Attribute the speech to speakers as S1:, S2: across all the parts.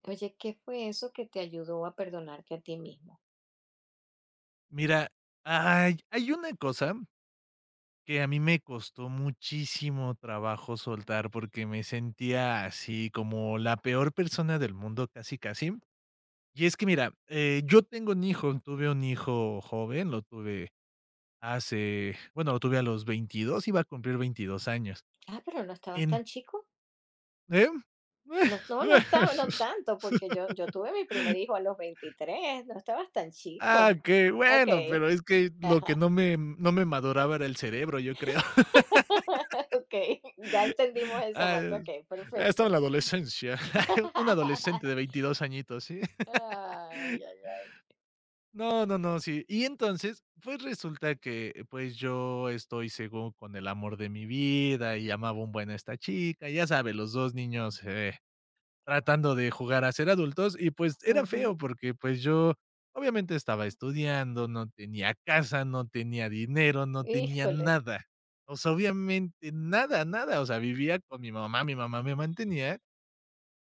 S1: Oye, ¿qué fue eso que te ayudó a perdonarte a ti mismo?
S2: Mira, hay una cosa que a mí me costó muchísimo trabajo soltar, porque me sentía así como la peor persona del mundo, casi, casi. Y es que mira, yo tengo un hijo, tuve un hijo joven, lo tuve hace bueno, lo tuve a los 22, iba a cumplir 22 años.
S1: Ah, pero no estabas
S2: En
S1: tan chico.
S2: ¿eh?
S1: No, no, no estaba, no tanto, porque yo tuve mi primer hijo a los 23. No estabas tan
S2: Ah,
S1: chico.
S2: qué
S1: Ok,
S2: bueno, pero es que lo que
S1: ajá.
S2: no me maduraba era el cerebro, yo creo.
S1: Ok, ya entendimos esa
S2: Ah,
S1: parte,
S2: eh,
S1: ok,
S2: Estaba
S1: perfecto.
S2: en la adolescencia, un adolescente de 22 añitos, ¿sí?
S1: Ay, ay, ay.
S2: No, no, no, sí. Y entonces, pues resulta que, pues yo estoy según con el amor de mi vida y amaba un buen a esta chica, ya sabe, los 2 niños, tratando de jugar a ser adultos y pues era feo
S1: Ujú.
S2: porque pues yo obviamente estaba estudiando, no tenía casa, no tenía dinero, no tenía
S1: Híjole.
S2: nada. O sea, obviamente nada, nada, o sea, vivía con mi mamá me mantenía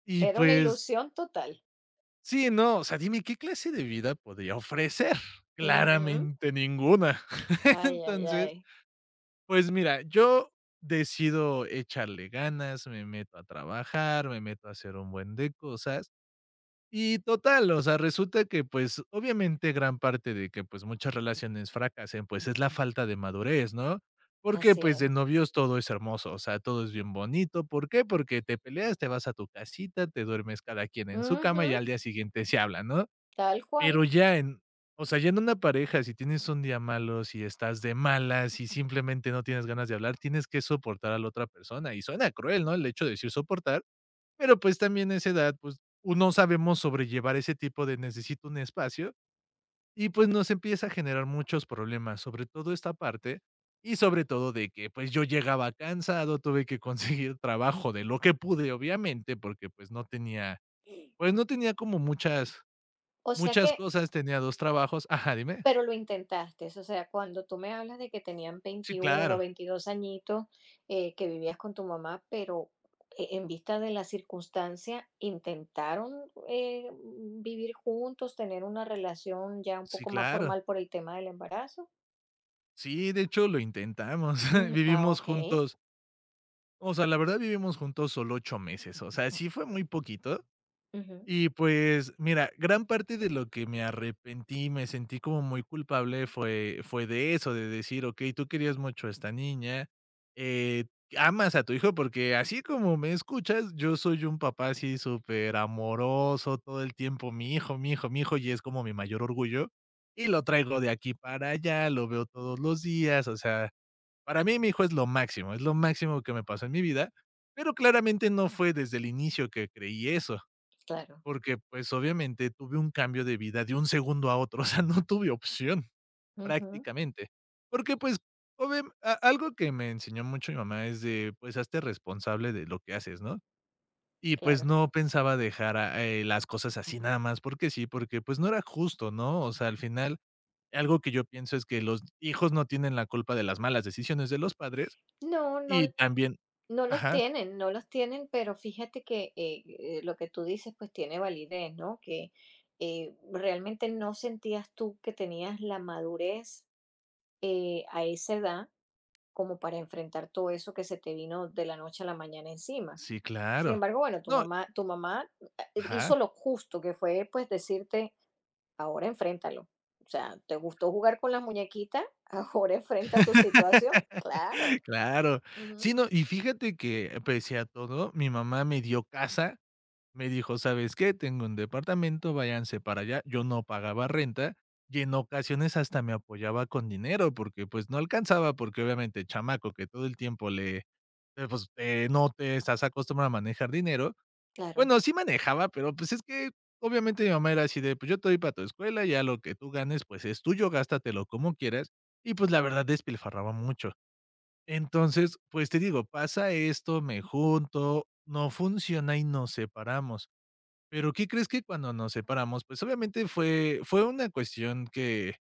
S2: y
S1: Era una
S2: pues
S1: ilusión total.
S2: sí, no, o sea, dime, ¿qué clase de vida podría ofrecer?
S1: Ujú.
S2: Claramente ninguna.
S1: Ay, ay,
S2: Entonces,
S1: ay,
S2: pues mira, yo decido echarle ganas, me meto a trabajar, me meto a hacer un buen de cosas y total, o sea, resulta que, pues, obviamente gran parte de que, pues, muchas relaciones fracasen, pues, es la falta de madurez, ¿no? Porque,
S1: así
S2: pues, de
S1: es.
S2: novios todo es hermoso, o sea, todo es bien bonito. ¿Por qué? Porque te peleas, te vas a tu casita, te duermes cada quien en su cama y
S1: Ujú.
S2: al día siguiente se hablan, ¿no?
S1: Tal
S2: Pero
S1: cual.
S2: ya en o sea, ya en una pareja, si tienes un día malo, si estás de malas, si simplemente no tienes ganas de hablar, tienes que soportar a la otra persona. Y suena cruel, ¿no?, el hecho de decir soportar, pero, pues, también a esa edad, pues, no sabemos sobrellevar ese tipo de necesito un espacio y, pues, nos empieza a generar muchos problemas, sobre todo esta parte y sobre todo de que, pues, yo llegaba cansado, tuve que conseguir trabajo de lo que pude, obviamente, porque, pues, no tenía como muchas
S1: O sea
S2: muchas
S1: que,
S2: cosas, tenía 2 trabajos. Ajá, dime.
S1: pero lo intentaste, o sea, cuando tú me hablas de que tenían
S2: Sí,
S1: 21,
S2: claro.
S1: 22 añitos, que vivías con tu mamá, pero en vista de la circunstancia, ¿intentaron vivir juntos, tener una relación ya un
S2: Sí,
S1: poco más
S2: claro.
S1: formal por el tema del embarazo?
S2: Sí, de hecho, lo intentamos.
S1: Mm, ah,
S2: Vivimos
S1: ok.
S2: juntos, o sea, la verdad vivimos juntos solo 8 meses, o sea, sí fue muy poquito.
S1: Ujú,
S2: Y pues, mira, gran parte de lo que me arrepentí, me sentí como muy culpable fue de eso, de decir: "Okey, tú querías mucho a esta niña, eh, amas a tu hijo", porque así como me escuchas, yo soy un papá así súper amoroso todo el tiempo: "Mi hijo, mi hijo, mi hijo", y es como mi mayor orgullo, y lo traigo de aquí para allá, lo veo todos los días, o sea, para mí mi hijo es lo máximo que me pasó en mi vida, pero claramente no fue desde el inicio que creí eso.
S1: claro,
S2: Porque, pues, obviamente tuve un cambio de vida de un segundo a otro, o sea, no tuve opción
S1: ujú,
S2: prácticamente. Porque, pues, obvia a algo que me enseñó mucho mi mamá es de, pues, hazte responsable de lo que haces, ¿no? Y, pues,
S1: claro.
S2: no pensaba dejar a las cosas así nada más porque sí, porque, pues, no era justo, ¿no? O sea, al final, algo que yo pienso es que los hijos no tienen la culpa de las malas decisiones de los padres
S1: No,
S2: y
S1: no.
S2: también
S1: No los
S2: ajá,
S1: tienen, no los tienen, pero fíjate que lo que tú dices pues tiene validez, ¿no? Que realmente no sentías tú que tenías la madurez a esa edad como para enfrentar todo eso que se te vino de la noche a la mañana encima.
S2: sí,
S1: Sin
S2: claro.
S1: embargo, bueno, tu
S2: No,
S1: mamá, tu mamá hizo
S2: ajá.
S1: lo justo que fue pues decirte, ahora enfréntalo. O sea, ¿te gustó jugar con las muñequitas? Ahora enfrenta tu situación. Claro.
S2: Claro.
S1: Ujú.
S2: Sí, no, y fíjate que pese a todo, mi mamá me dio casa, me dijo: "¿Sabes qué? Tengo un departamento, váyanse para allá". Yo no pagaba renta, y en ocasiones hasta me apoyaba con dinero, porque, pues, no alcanzaba, porque obviamente chamaco que todo el tiempo le no te estás acostumbrado a manejar dinero.
S1: Claro.
S2: Bueno, sí manejaba, pero, pues, es que obviamente mi mamá era así de: "Pues yo te doy para tu escuela, ya lo que tú ganes, pues, es tuyo, gástatelo como quieras". Y, pues, la verdad despilfarraba mucho. Entonces, pues te digo, pasa esto, me junto, no funciona y nos separamos. Pero, ¿qué crees que cuando nos separamos? Pues obviamente fue una cuestión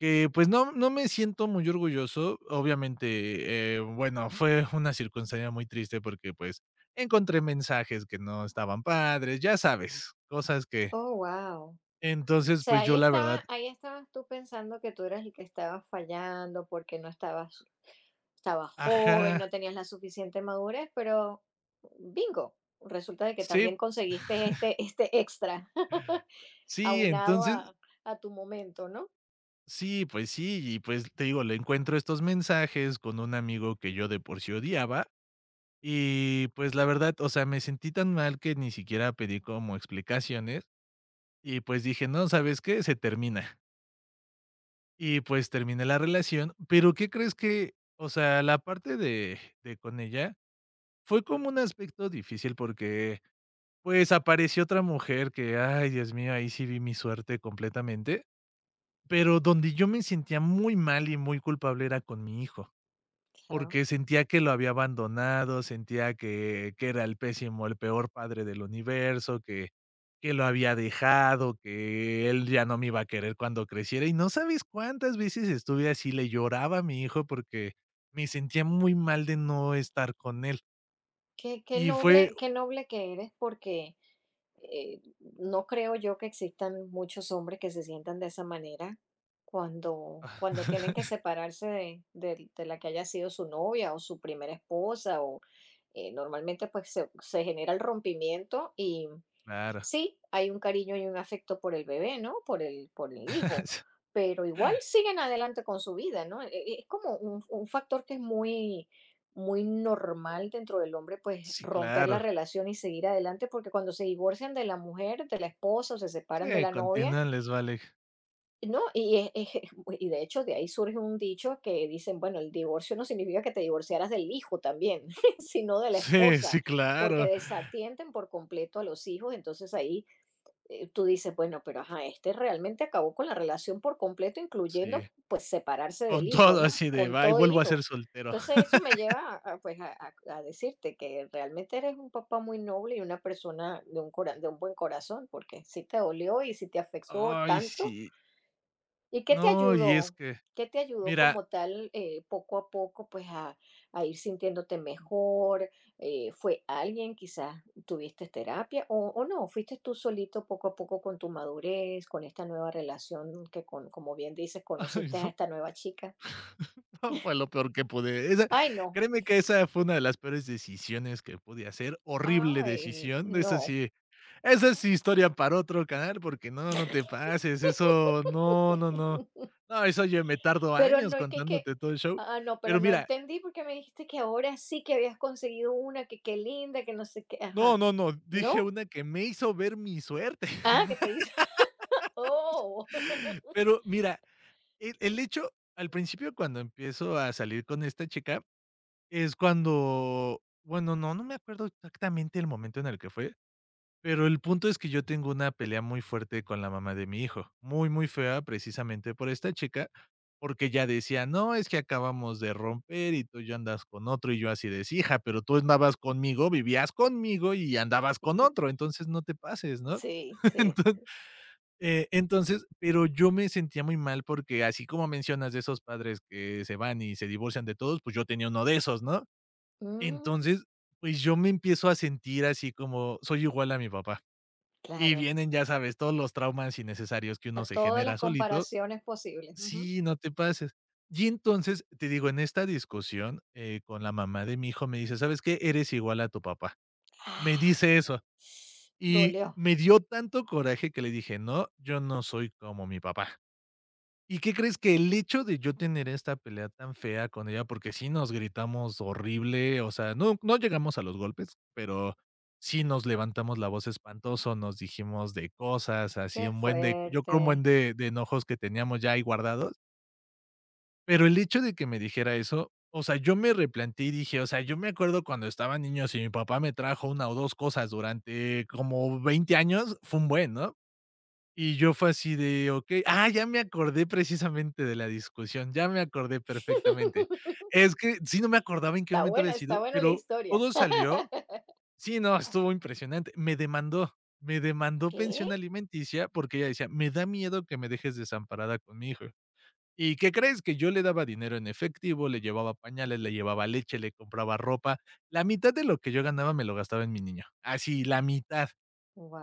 S2: que pues no me siento muy orgulloso. Obviamente, bueno, fue una circunstancia muy triste porque, pues, encontré mensajes que no estaban padres, ya sabes, cosas que
S1: Oh, wow. O
S2: entonces,
S1: sea,
S2: pues yo la verdad
S1: ahí estabas tú pensando que tú eras el que estabas fallando porque estabas joven,
S2: ajá,
S1: no tenías la suficiente madurez, pero bingo, resulta de que
S2: sí,
S1: también conseguiste este extra
S2: sí,
S1: aunado
S2: entonces
S1: a tu momento, ¿no?
S2: sí, pues sí, y pues te digo, le encuentro estos mensajes con un amigo que yo de por sí odiaba y pues la verdad, o sea, me sentí tan mal que ni siquiera pedí como explicaciones y pues dije, no, ¿sabes qué? Se termina. Y pues terminé la relación, pero ¿qué crees que, o sea, la parte de con ella fue como un aspecto difícil porque pues apareció otra mujer que, ay, Dios mío, ahí sí vi mi suerte completamente, pero donde yo me sentía muy mal y muy culpable era con mi hijo.
S1: Claro.
S2: Porque sentía que lo había abandonado, sentía que era el pésimo, el peor padre del universo, que lo había dejado, que él ya no me iba a querer cuando creciera, y no sabes cuántas veces estuve así, le lloraba a mi hijo porque me sentía muy mal de no estar con él.
S1: Qué
S2: Y fue
S1: noble, qué noble que eres, porque, no creo yo que existan muchos hombres que se sientan de esa manera cuando tienen que separarse de la que haya sido su novia o su primera esposa, o, normalmente, pues, se genera el rompimiento. Y
S2: claro.
S1: sí, hay un cariño y un afecto por el bebé, ¿no? Por el hijo, pero igual siguen adelante con su vida, ¿no? Es como un factor que es muy, muy normal dentro del hombre, pues
S2: Sí,
S1: romper la
S2: claro.
S1: relación y seguir adelante, porque cuando se divorcian de la mujer, de la esposa, o se separan de
S2: Sí,
S1: la novia,
S2: continúan, les vale.
S1: ¿no? Y, es y de hecho de ahí surge un dicho que dicen, bueno, el divorcio no significa que te divorciaras del hijo también, sino de la
S2: Sí, sí,
S1: esposa, porque
S2: claro.
S1: desatienden por completo a los hijos, entonces ahí tú dices, bueno, pero ajá, este realmente acabó con la relación por completo, incluyendo
S2: Sí,
S1: pues separarse del
S2: con
S1: hijo,
S2: todo
S1: ¿no?
S2: así de:
S1: Con
S2: "Bye,
S1: todo
S2: vuelvo a ser
S1: hijo.
S2: soltero".
S1: Entonces eso me lleva pues a decirte que realmente eres un papá muy noble y una persona de un buen corazón, porque sí te dolió y sí te afectó
S2: Ay,
S1: tanto.
S2: sí.
S1: ¿Y qué te
S2: No, y es
S1: ayudó?
S2: que,
S1: ¿Qué te ayudó
S2: mira,
S1: como tal, poco a poco, pues, a ir sintiéndote mejor? ¿Fue alguien? Quizás tuviste terapia, o no, fuiste tú solito poco a poco con tu madurez, con esta nueva relación que con como bien dices,
S2: ay,
S1: conociste a
S2: no,
S1: esta nueva chica.
S2: no, fue lo peor que pude. Esa
S1: Ay, no.
S2: créeme que esa fue una de las peores decisiones que pude hacer, horrible
S1: Ay,
S2: decisión. Esa
S1: no.
S2: sí, esa es historia para otro canal, porque no, no te pases, eso no, no, no. No, eso yo me tardo
S1: Pero
S2: años
S1: no, y que
S2: contándote todo el show.
S1: ah, no, pero
S2: Pero
S1: no
S2: mira,
S1: entendí porque me dijiste que ahora sí que habías conseguido una, que qué linda, que no sé qué.
S2: no,
S1: Ajá.
S2: no, no, dije
S1: ¿No?
S2: una que me hizo ver mi suerte.
S1: Ah, ¿qué te hizo? Oh.
S2: Pero mira, el hecho al principio, cuando empiezo a salir con esta chica es cuando bueno, no, no me acuerdo exactamente el momento en el que fue, pero el punto es que yo tengo una pelea muy fuerte con la mamá de mi hijo, muy, muy fea, precisamente por esta chica, porque ya decía: "No, es que acabamos de romper y tú ya andas con otro", y yo así de: "Sí, hija, pero tú andabas conmigo, vivías conmigo y andabas con otro, entonces no te pases", ¿no?
S1: Sí, sí.
S2: Enton entonces, pero yo me sentía muy mal porque así como mencionas de esos padres que se van y se divorcian de todos, pues yo tenía uno de esos, ¿no?
S1: Mm,
S2: Entonces, pues yo me empiezo a sentir así como soy igual a mi papá. Y
S1: claro.
S2: vienen, ya sabes, todos los traumas innecesarios que
S1: A
S2: uno se
S1: todas las
S2: genera solito.
S1: comparaciones posibles. Ujú.
S2: Sí, no te pases. Y entonces, te digo, en esta discusión con la mamá de mi hijo me dice, ¿sabes qué? Eres igual a tu papá. Me
S1: Ah.
S2: dice eso. Y
S1: Dolió.
S2: me dio tanto coraje que le dije, no, yo no soy como mi papá. ¿Y qué crees? Que el hecho de yo tener esta pelea tan fea con ella, porque sí nos gritamos horrible, o sea, no llegamos a los golpes, pero sí nos levantamos la voz espantoso, nos dijimos de cosas, así
S1: Qué
S2: un buen de yo creo un buen
S1: fuerte.
S2: de enojos que teníamos ya ahí guardados, pero el hecho de que me dijera eso, o sea, yo me replanteé y dije, o sea, yo me acuerdo cuando estaba niño, si mi papá me trajo una o 2 cosas durante como 20 años, fue un buen, ¿no? Y yo fue así de, okey, ah, ya me acordé precisamente de la discusión, ya me acordé perfectamente. Es que sí, no me acordaba en qué momento había
S1: Está
S2: sido,
S1: buena la
S2: pero
S1: historia.
S2: todo salió sí, no, estuvo impresionante. Me demandó
S1: ¿Qué?
S2: pensión alimenticia porque ella decía: "Me da miedo que me dejes desamparada con mi hijo". ¿Y qué crees? Que yo le daba dinero en efectivo, le llevaba pañales, le llevaba leche, le compraba ropa. La mitad de lo que yo ganaba me lo gastaba en mi niño, así, la mitad.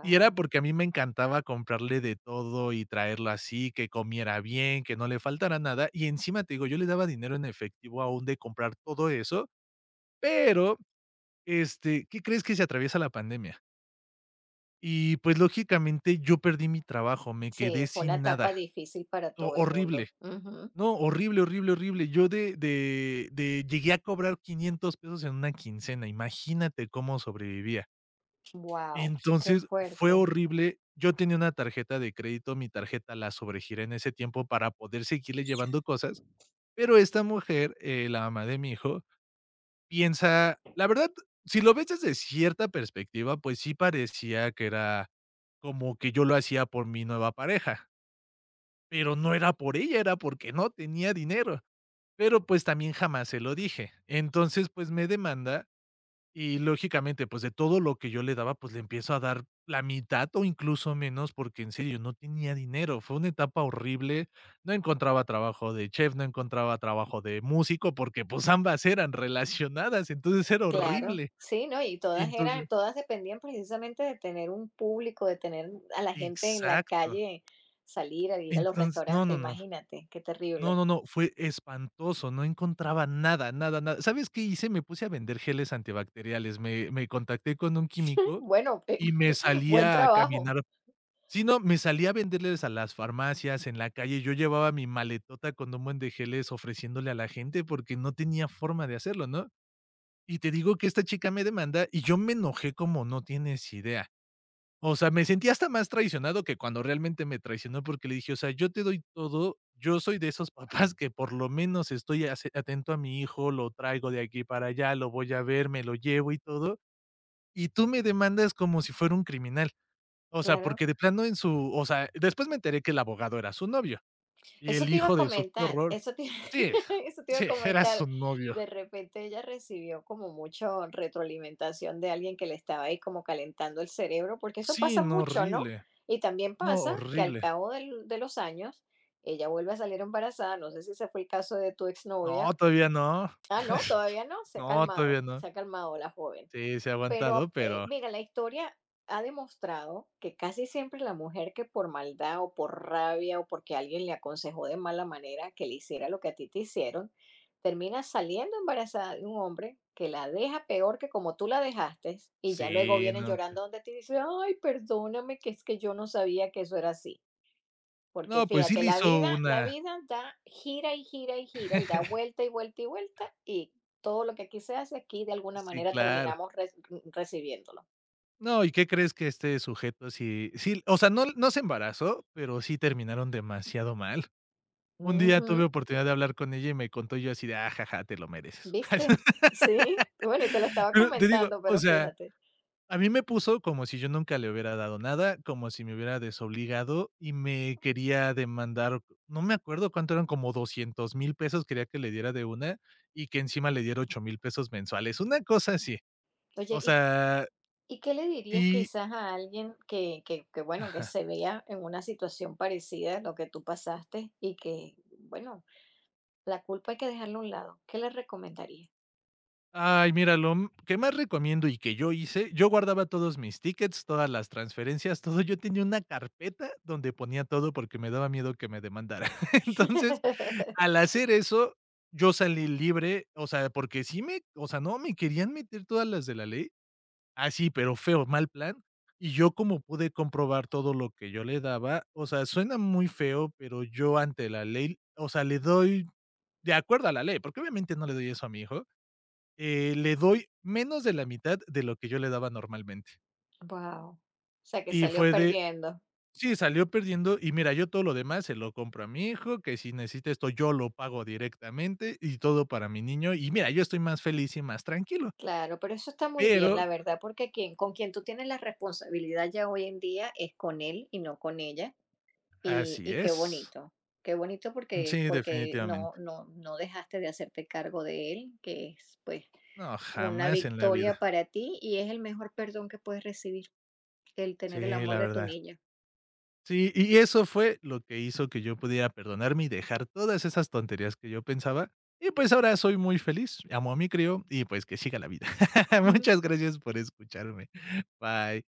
S2: Y era porque a mí me encantaba comprarle de todo y traerlo así, que comiera bien, que no le faltara nada. Y encima, te digo, yo le daba dinero en efectivo aún de comprar todo eso, pero, este, ¿qué crees? Que se atraviesa la pandemia. Y, pues, lógicamente, yo perdí mi trabajo, me
S1: Sí,
S2: quedé
S1: fue una
S2: sin
S1: etapa
S2: nada.
S1: difícil para
S2: Ho
S1: todo el
S2: Horrible.
S1: mundo. Wow,
S2: No, horrible, horrible, horrible. Yo de llegué a cobrar $500 pesos en una quincena. Imagínate cómo sobrevivía.
S1: qué
S2: Entonces, fue
S1: fuerte.
S2: horrible. Yo tenía una tarjeta de crédito, mi tarjeta la sobregiré en ese tiempo para poder seguirle llevando cosas, pero esta mujer, la mamá de mi hijo, piensa, la verdad, si lo ves desde cierta perspectiva, pues sí parecía que era como que yo lo hacía por mi nueva pareja, pero no era por ella, era porque no tenía dinero, pero pues también jamás se lo dije. Entonces, pues me demanda, y lógicamente, pues, de todo lo que yo le daba, pues, le empiezo a dar la mitad o incluso menos, porque en serio, no tenía dinero. Fue una etapa horrible. No encontraba trabajo de chef, no encontraba trabajo de músico, porque, pues, ambas eran relacionadas, entonces era
S1: Claro,
S2: horrible.
S1: sí, ¿no? Y
S2: Entonces,
S1: todas dependían precisamente de tener un público, de tener a la gente en la
S2: exacto.
S1: calle, salir a ir a los
S2: Entonces, no,
S1: restaurantes,
S2: no, no.
S1: imagínate, qué
S2: No,
S1: terrible.
S2: no, no, fue espantoso, no encontraba nada, nada, nada. ¿Sabes qué hice? Me puse a vender geles antibacteriales, me contacté con un químico
S1: Bueno,
S2: y me
S1: buen
S2: salía a
S1: trabajo,
S2: caminar. Sí, no, me salía a venderles a las farmacias, en la calle, yo llevaba mi maletota con un buen de geles ofreciéndole a la gente porque no tenía forma de hacerlo, ¿no? Y te digo que esta chica me demanda y yo me enojé como no tienes idea. O sea, me sentí hasta más traicionado que cuando realmente me traicionó porque le dije: "O sea, yo te doy todo, yo soy de esos papás que por lo menos estoy ase atento a mi hijo, lo traigo de aquí para allá, lo voy a ver, me lo llevo y todo, y tú me demandas como si fuera un criminal". O sea,
S1: claro.
S2: porque de plano en su, o sea, después me enteré que el abogado era su novio, y
S1: Eso
S2: el
S1: te iba a
S2: hijo de su, qué
S1: comentar,
S2: horror. Sí,
S1: eso te iba a
S2: sí, era su
S1: comentar.
S2: novio.
S1: De repente ella recibió como mucho retroalimentación de alguien que le estaba ahí como calentando el cerebro, porque eso
S2: Sí,
S1: pasa
S2: no,
S1: mucho, ¿no?
S2: horrible.
S1: Y también
S2: No,
S1: pasa que al
S2: horrible.
S1: cabo de los años ella vuelve a salir embarazada. No sé si ese fue el caso de tu
S2: No,
S1: exnovia.
S2: todavía no.
S1: Ah, no, todavía no,
S2: No, todavía no.
S1: se ha calmado la joven.
S2: Sí, se ha
S1: Pero,
S2: aguantado, pero
S1: mira, la historia ha demostrado que casi siempre la mujer que por maldad o por rabia o porque alguien le aconsejó de mala manera que le hiciera lo que a ti te hicieron, termina saliendo embarazada de un hombre que la deja peor que como tú la dejaste y ya luego
S2: sí,
S1: vienen
S2: no. Te-
S1: llorando donde te dice, ay, perdóname, que es que yo no sabía que eso era así. Porque
S2: no, pues sí
S1: fíjate,
S2: le hizo
S1: la
S2: una.
S1: vida da gira y gira y gira y da vuelta y vuelta y vuelta y todo lo que aquí se hace, aquí de alguna
S2: Sí,
S1: manera
S2: claro.
S1: terminamos recibiéndolo.
S2: No, ¿y qué crees? Que este sujeto sí, sí, o sea, no, no se embarazó, pero sí terminaron demasiado mal. Un día tuve
S1: Ujú.
S2: oportunidad de hablar con ella y me contó, y yo así de: "Ah, jaja, te lo mereces".
S1: ¿Viste? Sí. Bueno, y te lo estaba
S2: Pero te digo,
S1: comentando,
S2: o
S1: pero
S2: sea,
S1: fíjate.
S2: a mí me puso como si yo nunca le hubiera dado nada, como si me hubiera desobligado y me quería demandar, no me acuerdo cuánto eran, como 200.000 pesos quería que le diera de una, y que encima le diera 8.000 pesos mensuales, una cosa así.
S1: Oye,
S2: O
S1: ¿y,
S2: sea,
S1: y qué le dirías
S2: y
S1: quizás a alguien bueno, que se vea en una situación parecida a lo que tú pasaste y que, bueno, la culpa hay que dejarla a un lado? ¿Qué le recomendarías?
S2: ay, mira, lo m que más recomiendo y que yo hice, yo guardaba todos mis tickets, todas las transferencias, todo. Yo tenía una carpeta donde ponía todo porque me daba miedo que me demandara. Entonces, al hacer eso, yo salí libre, o sea, porque sí me, o sea, no, me querían meter todas las de la ley, así, pero feo, mal plan. Y yo como pude comprobar todo lo que yo le daba, o sea, suena muy feo, pero yo ante la ley, o sea, le doy de acuerdo a la ley, porque obviamente no le doy eso a mi hijo. Le doy menos de la mitad de lo que yo le daba normalmente.
S1: Wow. O sea, que
S2: Y
S1: salió
S2: fue de,
S1: perdiendo.
S2: sí, salió perdiendo y mira, yo todo lo demás se lo compro a mi hijo, que si necesita esto, yo lo pago directamente y todo para mi niño. Y mira, yo estoy más feliz y más tranquilo.
S1: Claro, pero eso está muy bien,
S2: Pero
S1: la verdad, porque con quien tú tienes la responsabilidad ya hoy en día es con él y no con ella. Y,
S2: así
S1: y
S2: es.
S1: qué bonito porque,
S2: Sí,
S1: porque no,
S2: definitivamente.
S1: no, no dejaste de hacerte cargo de él, que es pues
S2: No,
S1: una
S2: jamás en la
S1: victoria
S2: vida.
S1: para ti y es el mejor perdón que puedes recibir, el tener el
S2: Sí,
S1: amor
S2: la
S1: de tu
S2: verdad.
S1: niña.
S2: Sí, y eso fue lo que hizo que yo pudiera perdonarme y dejar todas esas tonterías que yo pensaba. Y pues ahora soy muy feliz, amo a mi crío y pues que siga la vida. Muchas gracias por escucharme. Bye.